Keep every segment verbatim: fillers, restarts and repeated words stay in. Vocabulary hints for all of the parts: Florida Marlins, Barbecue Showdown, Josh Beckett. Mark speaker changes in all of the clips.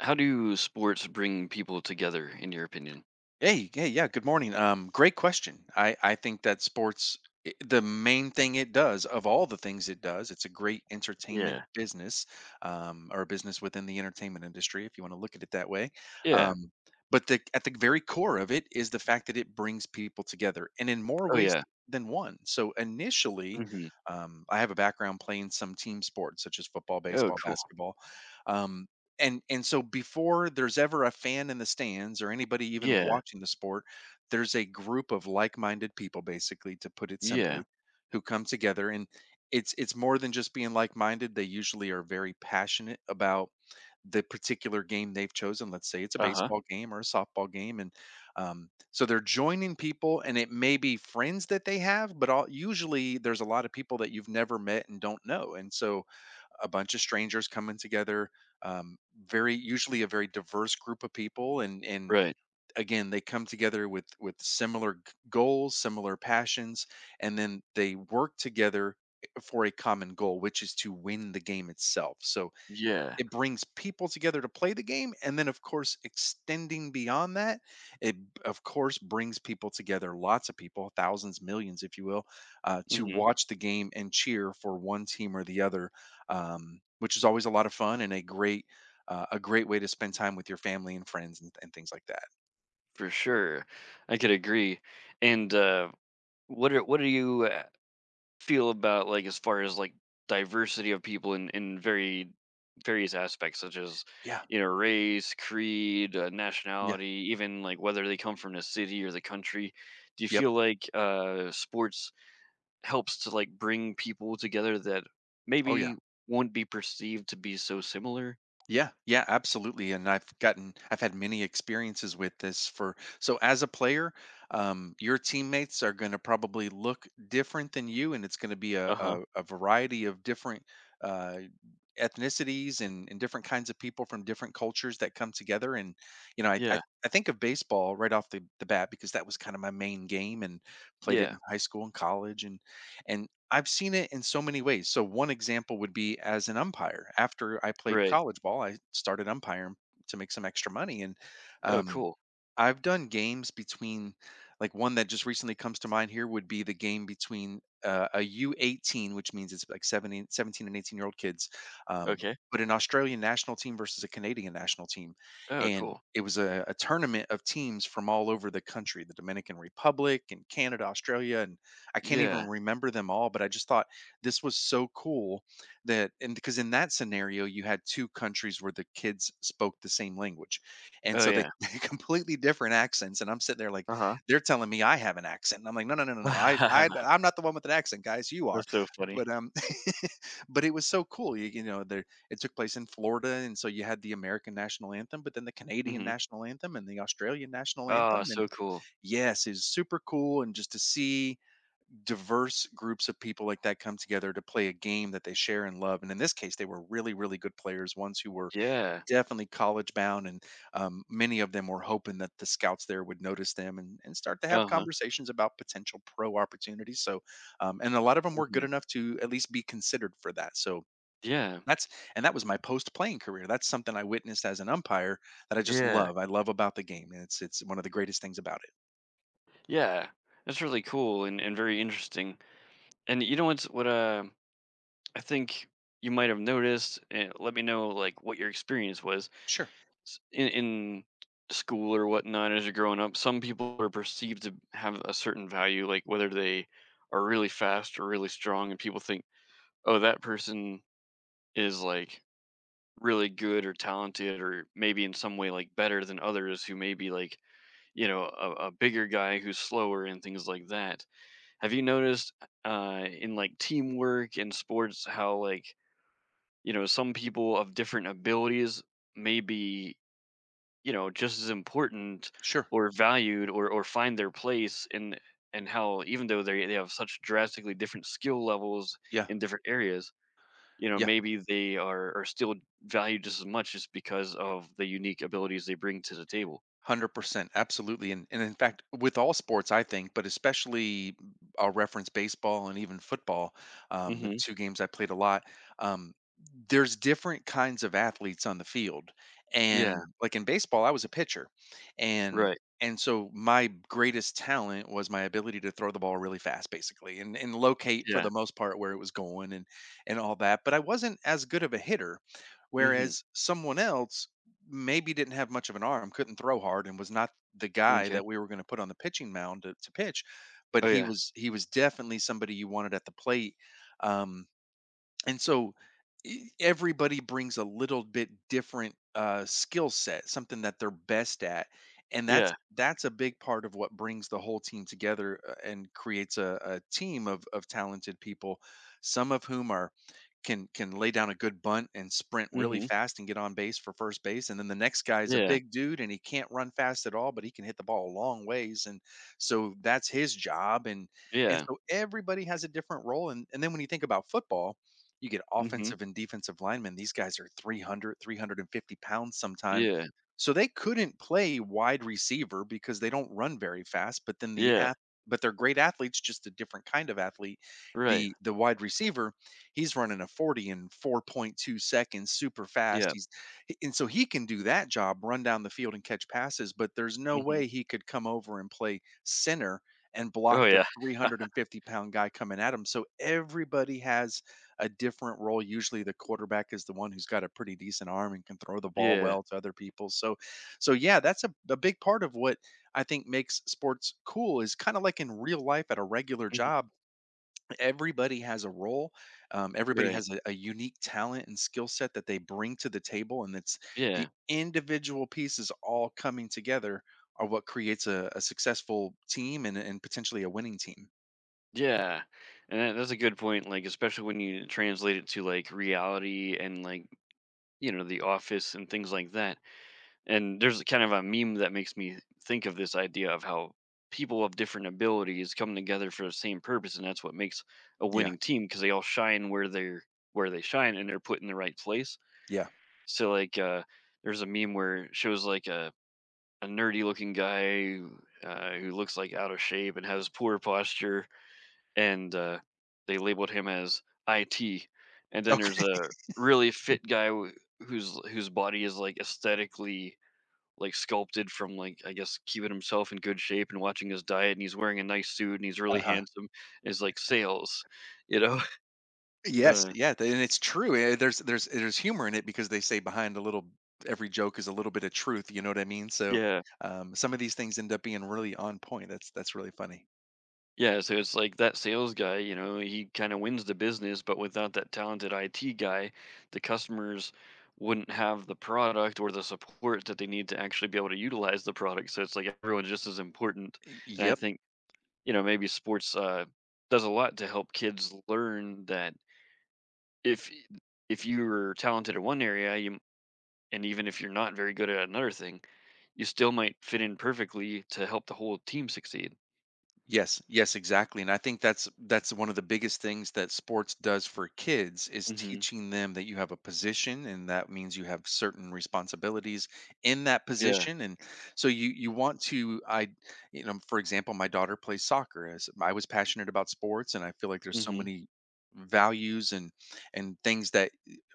Speaker 1: How do sports bring people together, in your opinion?
Speaker 2: Hey, hey, yeah, good morning. Um, great question. I, I think that sports, i- the main thing it does, of all the things it does, it's a great entertainment
Speaker 1: Yeah.
Speaker 2: business, um, or a business within the entertainment industry, if you want to look at it that way.
Speaker 1: Yeah.
Speaker 2: Um, but the, at the very core of it is the fact that it brings people together and in more
Speaker 1: Oh,
Speaker 2: ways
Speaker 1: yeah.
Speaker 2: than one. So initially,
Speaker 1: Mhm.
Speaker 2: um, I have a background playing some team sports such as football,
Speaker 1: Oh,
Speaker 2: baseball,
Speaker 1: cool.
Speaker 2: basketball. Um, and and so before there's ever a fan in the stands or anybody even
Speaker 1: Yeah.
Speaker 2: watching the sport, there's a group of like-minded people, basically, to put it
Speaker 1: Yeah.
Speaker 2: simply, who come together, and it's it's more than just being like-minded. They usually are very passionate about the particular game they've chosen. Let's say it's a
Speaker 1: Uh-huh.
Speaker 2: baseball game or a softball game. And um, so they're joining people, and it may be friends that they have, but all, usually there's a lot of people that you've never met and don't know, and so a bunch of strangers coming together, um, very usually a very diverse group of people. And and
Speaker 1: Right.
Speaker 2: again, they come together with with similar g- goals, similar passions, and then they work together, eh, for a common goal, which is to win the game itself. So
Speaker 1: Yeah.
Speaker 2: it brings people together to play the game, and then, of course, extending beyond that, it, of course, brings people together, lots of people, thousands, millions, if you will, uh, to
Speaker 1: Mhm.
Speaker 2: watch the game and cheer for one team or the other, um, which is always a lot of fun and a great uh, a great way to spend time with your family and friends and, and things like that.
Speaker 1: For sure. I could agree. And, uh, what are what do you, uh, feel about, like, as far as, like, diversity of people in in very various aspects, such as,
Speaker 2: Yeah,
Speaker 1: you know, race, creed, uh,
Speaker 2: yeah,
Speaker 1: nationality, even, like, whether they come from the city or the country? Do you
Speaker 2: yep.
Speaker 1: feel like, uh, sports helps to like bring people together that
Speaker 2: Oh yeah.
Speaker 1: maybe will not be perceived to be so similar.
Speaker 2: Yeah, yeah, absolutely. And I've gotten, I've had many experiences with this. For, so as a player, um, your teammates are going to probably look different than you, and it's going to be
Speaker 1: Uh
Speaker 2: a,
Speaker 1: huh.
Speaker 2: a, a variety of different uh, ethnicities and, and different kinds of people from different cultures that come together. And, you know, I, I,
Speaker 1: Yeah.
Speaker 2: I think of baseball right off the, the bat, because that was kind of my main game, and played it
Speaker 1: Yeah.
Speaker 2: in high school and college. And, and I've seen it in so many ways. So one example would be as an umpire. After I played
Speaker 1: Right.
Speaker 2: college ball, I started umpiring to make some extra money, and
Speaker 1: Oh,
Speaker 2: um,
Speaker 1: cool.
Speaker 2: I've done games between, like, one that just recently comes to mind here would be the game between uh, a U eighteen, which means it's like seventeen, seventeen and eighteen year old kids, um,
Speaker 1: Okay.
Speaker 2: but an Australian national team versus a Canadian national team.
Speaker 1: Oh,
Speaker 2: And
Speaker 1: cool.
Speaker 2: it was a, a tournament of teams from all over the country, the Dominican Republic and Canada, Australia. And I can't even
Speaker 1: Yeah.
Speaker 2: remember them all, but I just thought this was so cool that, and because in that scenario, you had two countries where the kids spoke the same language, and
Speaker 1: Oh,
Speaker 2: so they
Speaker 1: yeah.
Speaker 2: they completely different accents, and I'm sitting there like,
Speaker 1: Uh huh.
Speaker 2: they're telling me I have an accent, and I'm like, "No, no, no, no, no, I I I'm not the one with an accent, guys, you are."
Speaker 1: That's so funny.
Speaker 2: But, um, but it was so cool, you you know, there, it took place in Florida, and so you had the American national anthem, but then the Canadian
Speaker 1: Hmm.
Speaker 2: national anthem and the Australian national
Speaker 1: Oh,
Speaker 2: anthem, and
Speaker 1: so cool.
Speaker 2: yes, it's super cool, and just to see diverse groups of people like that come together to play a game that they share and love, and in this case, they were really, really good players, ones who were
Speaker 1: Yeah.
Speaker 2: definitely college bound, and um, many of them were hoping that the scouts there would notice them and, and start to have
Speaker 1: Uh huh.
Speaker 2: conversations about potential pro opportunities. So, um, and a lot of them were
Speaker 1: Hmm.
Speaker 2: good enough to at least be considered for that. So
Speaker 1: Yeah.
Speaker 2: that's and that was my post playing career. That's something I witnessed as an umpire that I just
Speaker 1: Yeah.
Speaker 2: love. I love about the game, and it's it's one of the greatest things about it.
Speaker 1: Yeah. That's really cool and, and very interesting. And you know what's what? Uh, I think you might have noticed. And let me know like what your experience was
Speaker 2: Sure,
Speaker 1: s- in in school or whatnot as you're growing up. Some people are perceived to have a certain value, like whether they are really fast or really strong, and people think, oh, that person is like really good or talented or maybe in some way like better than others who may be like, you know a, a bigger guy who's slower and things like that. Have you noticed uh in like teamwork and sports how like, you know some people of different abilities may be you know, just as important
Speaker 2: sure,
Speaker 1: or valued or or find their place in, and how even though they they have such drastically different skill levels
Speaker 2: yeah,
Speaker 1: in different areas, you know,
Speaker 2: yeah.
Speaker 1: maybe they are are still valued just as much just because of the unique abilities they bring to the table.
Speaker 2: one hundred percent. Absolutely. And, and in fact, with all sports, I think, but especially mm, I'll reference baseball and even football, um, the
Speaker 1: Mhm.
Speaker 2: two games I played a lot. Um, there's different kinds of athletes on the field. And
Speaker 1: Yeah,
Speaker 2: like in baseball, I was a pitcher. And
Speaker 1: right.
Speaker 2: and so my greatest talent was my ability to throw the ball really fast, basically, and, and locate for
Speaker 1: Yeah.
Speaker 2: the most part where it was going, and and all that. But I wasn't as good of a hitter.
Speaker 1: Mhm.
Speaker 2: Whereas someone else maybe didn't have much of an arm, couldn't throw hard, and was not the guy
Speaker 1: M'kay.
Speaker 2: that we were going to put on the pitching mound to, to pitch, but
Speaker 1: Oh,
Speaker 2: he
Speaker 1: yeah.
Speaker 2: was he was definitely somebody you wanted at the plate. Um, and so e- everybody brings a little bit different uh, skill set, something that they're best at, and that's
Speaker 1: Yeah.
Speaker 2: that's a big part of what brings the whole team together, uh, and creates a, a team of of talented people, some of whom are can can lay down a good bunt and sprint really
Speaker 1: Mhm.
Speaker 2: fast and get on base for first base. And then the next guy is a
Speaker 1: Yeah.
Speaker 2: big dude, and he can't run fast at all, but he can hit the ball a long ways, and so that's his job. And and
Speaker 1: Yeah.
Speaker 2: so everybody has a different role. And and then when you think about football, you get
Speaker 1: Mhm.
Speaker 2: offensive and defensive linemen. These guys are three hundred, three hundred and fifty pounds sometime,
Speaker 1: Yeah.
Speaker 2: so they couldn't play wide receiver because they don't run very fast. But then the
Speaker 1: Yeah.
Speaker 2: ath- but they're great athletes, just a different kind of athlete.
Speaker 1: Right.
Speaker 2: The the wide receiver, he's running a forty in four point two seconds, super fast.
Speaker 1: Yeah.
Speaker 2: He's and so he can do that job, run down the field and catch passes, but there's no
Speaker 1: Mhm.
Speaker 2: way he could come over and play center and
Speaker 1: Oh,
Speaker 2: block the
Speaker 1: yeah.
Speaker 2: 350 pound guy coming at him. So everybody has a different role. Usually the quarterback is the one who's got a pretty decent arm and can throw the ball
Speaker 1: Yeah.
Speaker 2: well to other people. So so yeah, that's a, a big part of what I think makes sports cool, is kind of like in real life at a regular
Speaker 1: Mhm.
Speaker 2: job, everybody has a role. Um, everybody
Speaker 1: Right.
Speaker 2: has a, a unique talent and skill set that they bring to the table, and it's
Speaker 1: Yeah.
Speaker 2: the individual pieces all coming together are what creates a, a successful team and, and potentially a winning team.
Speaker 1: Yeah, and that, that's a good point. Like, especially when you translate it to like reality and like, you know the office and things like that. And there's kind of a meme that makes me think of this idea of how people of different abilities come together for the same purpose, and that's what makes a
Speaker 2: Yeah,
Speaker 1: winning team because they all shine where they're where they shine and they're put in the right place.
Speaker 2: yeah.
Speaker 1: So like, uh, there's a meme where it shows like a a nerdy looking guy uh, who looks like out of shape and has poor posture and uh, they labeled him as I T. And then there's
Speaker 2: Okay.
Speaker 1: a really fit guy wh- whose whose body is like aesthetically like sculpted from like I guess keeping himself in good shape and watching his diet, and he's wearing a nice suit and he's really
Speaker 2: Uh-huh.
Speaker 1: handsome. Is like sales, you know?
Speaker 2: Yes,
Speaker 1: Uh,
Speaker 2: yeah, th- and it's true. eh, There's there's there's humor in it, because they say behind a little, every joke is a little bit of truth. You know what I mean? So
Speaker 1: yeah.
Speaker 2: um, some of these things end up being really on point. That's that's really funny.
Speaker 1: Yeah, so it's like that sales guy, you know, he kind of wins the business, but without that talented I T guy, the customers wouldn't have the product or the support that they need to actually be able to utilize the product. So it's like everyone's just as important.
Speaker 2: Y-
Speaker 1: And I
Speaker 2: Yep.
Speaker 1: think, you know, maybe sports uh, does a lot to help kids learn that if if you're talented in one area, you and even if you're not very good at another thing, you still might fit in perfectly to help the whole team succeed.
Speaker 2: Yes, yes, exactly, and I think that's that's one of the biggest things that sports does for kids, is
Speaker 1: Hmm.
Speaker 2: teaching them that you have a position, and that means you have certain responsibilities in that
Speaker 1: Yeah.
Speaker 2: position. And so you you want to, I, you know, for example, my daughter plays soccer. As I was passionate about sports, and I feel like there's so
Speaker 1: Hmm.
Speaker 2: many values and and things that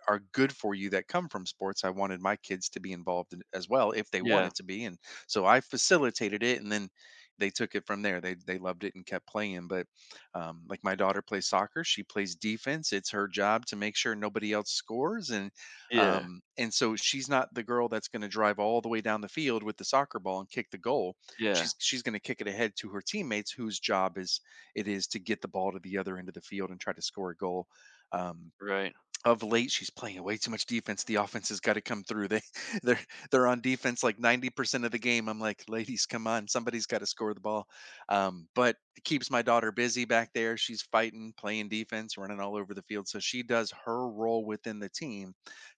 Speaker 2: are good for you that come from sports, I wanted my kids to be involved in, as well, if they
Speaker 1: Yeah.
Speaker 2: wanted to be, and so I facilitated it, and then they took it from there. They they loved it and kept playing. But um, like, my daughter plays soccer, she plays defense. It's her job to make sure nobody else scores, and
Speaker 1: Yeah.
Speaker 2: um, and so she's not the girl that's going to drive all the way down the field with the soccer ball and kick the goal.
Speaker 1: Yeah,
Speaker 2: She's she's going to kick it ahead to her teammates, whose job is it is to get the ball to the other end of the field and try to score a goal. Um,
Speaker 1: right.
Speaker 2: of late, she's playing way too much defense. The offense has got to come through. They they're they're on defense like ninety percent of the game. I'm like, ladies, come on. Somebody's got to score the ball. Um, but it keeps my daughter busy back there. She's fighting, playing defense, running all over the field. So she does her role within the team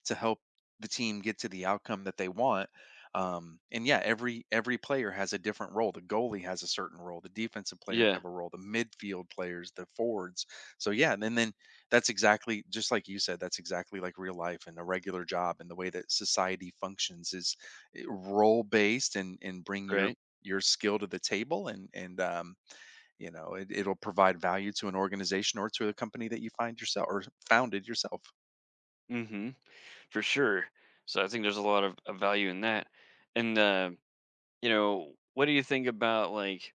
Speaker 2: to help the team get to the outcome that they want. Um, and yeah, every every player has a different role. The goalie has a certain role. The defensive players
Speaker 1: Yeah,
Speaker 2: have a role. The midfield players, the forwards. So yeah, and then that's exactly just like you said, that's exactly like real life and a regular job and the way that society functions is eh, role based and and bring your
Speaker 1: right.
Speaker 2: your skill to the table and and um you know it, it'll provide value to an organization or to a company that you find yourself or founded yourself.
Speaker 1: Mhm. For sure. So I think there's a lot of, of value in that. And uh, you know, what do you think about like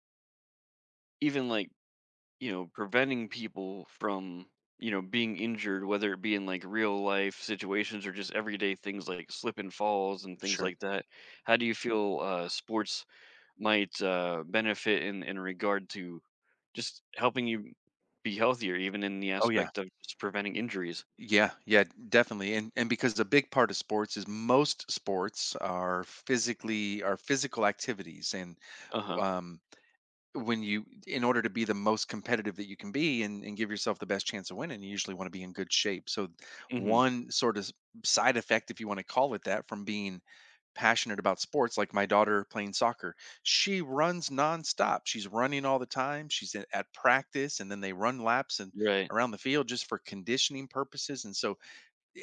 Speaker 1: even like, you know, preventing people from, you know, being injured, whether it be in like real life situations or just everyday things like slip and falls and things
Speaker 2: Sure.
Speaker 1: like that. How do you feel uh sports might uh benefit in in regard to just helping you be healthier even in the
Speaker 2: Oh yeah.
Speaker 1: aspect of just preventing injuries?
Speaker 2: Yeah, yeah, definitely. And and because a big part of sports is most sports are physically are physical activities and
Speaker 1: Uh-huh.
Speaker 2: um when you in order to be the most competitive that you can be and, and give yourself the best chance of winning you usually want to be in good shape. So
Speaker 1: Mhm.
Speaker 2: one sort of s- side effect, if you want to call it that, from being passionate about sports, like my daughter playing soccer, she runs nonstop, she's running all the time, she's at at practice and then they run laps and
Speaker 1: Right.
Speaker 2: around the field just for conditioning purposes. And so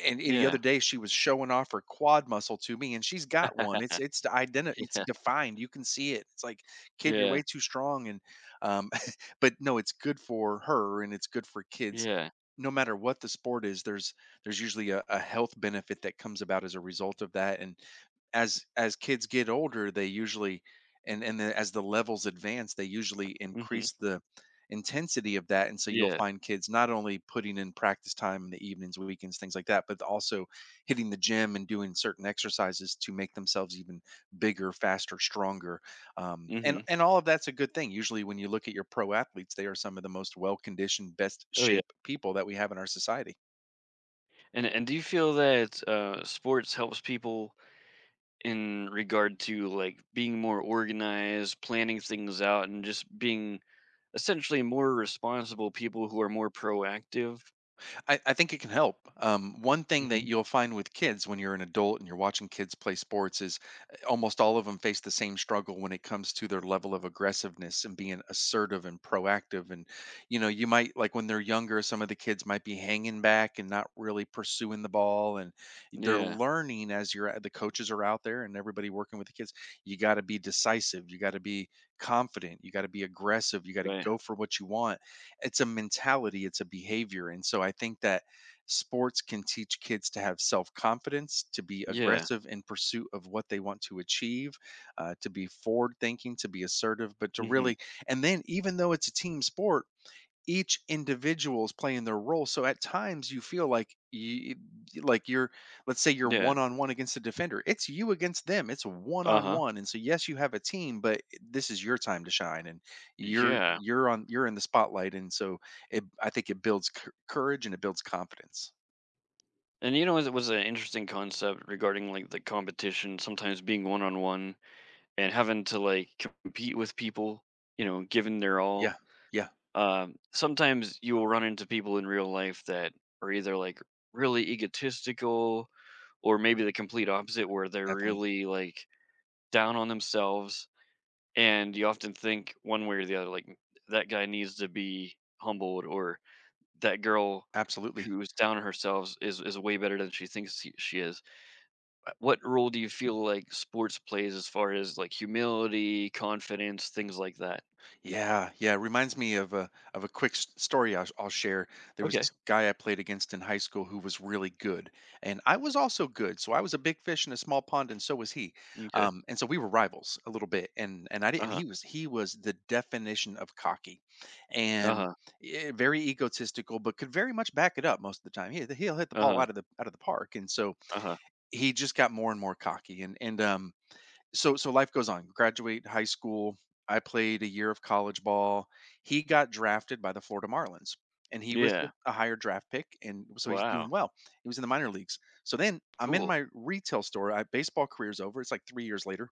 Speaker 2: and and the other
Speaker 1: Yeah.
Speaker 2: day, she was showing off her quad muscle to me, and she's got one. It's it's the identi It's
Speaker 1: Yeah.
Speaker 2: defined. You can see it. It's like, "Kid, you're
Speaker 1: Yeah.
Speaker 2: way too strong," and, um, but no, it's good for her and it's good for kids.
Speaker 1: Yeah.
Speaker 2: No matter what the sport is, there's there's usually a a health benefit that comes about as a result of that, and as as kids get older, they usually and and the as the levels advance, they usually
Speaker 1: Mhm.
Speaker 2: increase the intensity of that, and so you'll
Speaker 1: Yeah.
Speaker 2: find kids not only putting in practice time in the evenings, weekends, things like that, but also hitting the gym and doing certain exercises to make themselves even bigger, faster, stronger. Um, and
Speaker 1: Mhm.
Speaker 2: and All of that's a good thing. Usually, when you look at your pro athletes, they are some of the most well conditioned, best
Speaker 1: Oh, yeah.
Speaker 2: shape people that we have in our society.
Speaker 1: And and do you feel that, uh, sports helps people in regard to, like, being more organized, planning things out, and just being essentially more responsible people who are more proactive?
Speaker 2: I, I think it can help. Um, one thing
Speaker 1: Mhm.
Speaker 2: that you'll find with kids when you're an adult and you're watching kids play sports is uh, almost all of them face the same struggle when it comes to their level of aggressiveness and being assertive and proactive. And, you know, you might, like when they're younger, some of the kids might be hanging back and not really pursuing the ball. And they're
Speaker 1: Yeah.
Speaker 2: learning as you're, the coaches are out there and everybody working with the kids. You got to be decisive. You got to be confident. You got to be aggressive. You got to
Speaker 1: Right.
Speaker 2: go for what you want. It's a mentality, it's a behavior. And so I think that sports can teach kids to have self confidence, to be
Speaker 1: Yeah.
Speaker 2: aggressive in pursuit of what they want to achieve, uh, to be forward thinking, to be assertive, but to
Speaker 1: Mhm.
Speaker 2: really, and then even though it's a team sport, each individual is playing their role. So at times you feel like you, like you're, let's say you're
Speaker 1: Yeah.
Speaker 2: one on one against a defender. It's you against them. It's one on
Speaker 1: Uh-huh.
Speaker 2: one. And so yes, you have a team, but this is your time to shine, and you're
Speaker 1: Yeah.
Speaker 2: you're on you're in the spotlight. And so it, I think it builds cou- courage and it builds confidence.
Speaker 1: And, you know, it was an interesting concept regarding, like, the competition sometimes being one-on-one, and having to like compete with people, you know, giving their
Speaker 2: Yeah,
Speaker 1: all.
Speaker 2: yeah,
Speaker 1: Um, sometimes you will run into people in real life that are either like really egotistical or maybe the complete opposite where they're
Speaker 2: definitely,
Speaker 1: really like down on themselves, and you often think one way or the other like, "Mm, that guy needs to be humbled, or that girl
Speaker 2: absolutely.
Speaker 1: who's down on herself is is way better than she thinks she she is." What role do you feel like sports plays as far as like humility, confidence, things like that?
Speaker 2: Yeah, yeah. It reminds me of a of a quick s- story I'll, I'll share. There was
Speaker 1: Okay.
Speaker 2: this guy I played against in high school who was really good, and I was also good. So I was a big fish in a small pond, and so was he.
Speaker 1: Okay.
Speaker 2: Um, and so we were rivals a little bit. And and I didn't.
Speaker 1: Uh-huh.
Speaker 2: He was he was the definition of cocky, and
Speaker 1: Uh-huh.
Speaker 2: eh, very egotistical, but could very much back it up most of the time. He he'll hit the ball
Speaker 1: Uh-huh.
Speaker 2: out of the out of the park, and so
Speaker 1: Uh-huh.
Speaker 2: he just got more and more cocky. And and um So so life goes on. Graduate high school. I played a year of college ball. He got drafted by the Florida Marlins, and he was a
Speaker 1: Yeah.
Speaker 2: a higher draft pick, and so he's doing
Speaker 1: Wow.
Speaker 2: well. He was in the minor leagues. So then I'm in
Speaker 1: Cool.
Speaker 2: my retail store. I, baseball career's over. It's like three years later,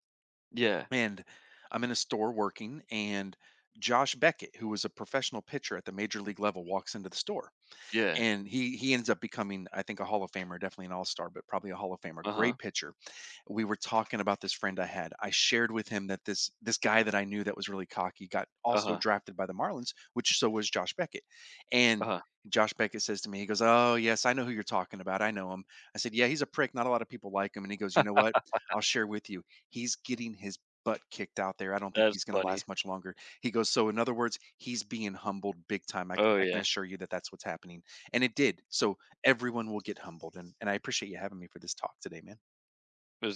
Speaker 1: Yeah.
Speaker 2: and I'm in a store working, and Josh Beckett, who was a professional pitcher at the major league level, walks into the store,
Speaker 1: Yeah.
Speaker 2: and he he ends up becoming, I think, a Hall of Famer, definitely an All Star, but probably a Hall of Famer.
Speaker 1: Uh-huh.
Speaker 2: Great pitcher. We were talking about this friend I had. I shared with him that this this guy that I knew that was really cocky got also
Speaker 1: Uh-huh.
Speaker 2: drafted by the Marlins, which so was Josh Beckett. And
Speaker 1: Uh-huh.
Speaker 2: Josh Beckett says to me, he goes, "Oh yes, I know who you're talking about. I know him." I said, "Yeah, he's a prick. Not a lot of people like him." And he goes, "You know what? I'll share with you. He's getting his butt kicked out there. I don't think
Speaker 1: That's
Speaker 2: he's going to
Speaker 1: funny.
Speaker 2: last much longer." He goes, "So in other words, he's being humbled big time. I can,
Speaker 1: Oh,
Speaker 2: I can
Speaker 1: yeah.
Speaker 2: assure you that that's what's happening." And it did. So everyone will get humbled. And and I appreciate you having me for this talk today, man.
Speaker 1: It was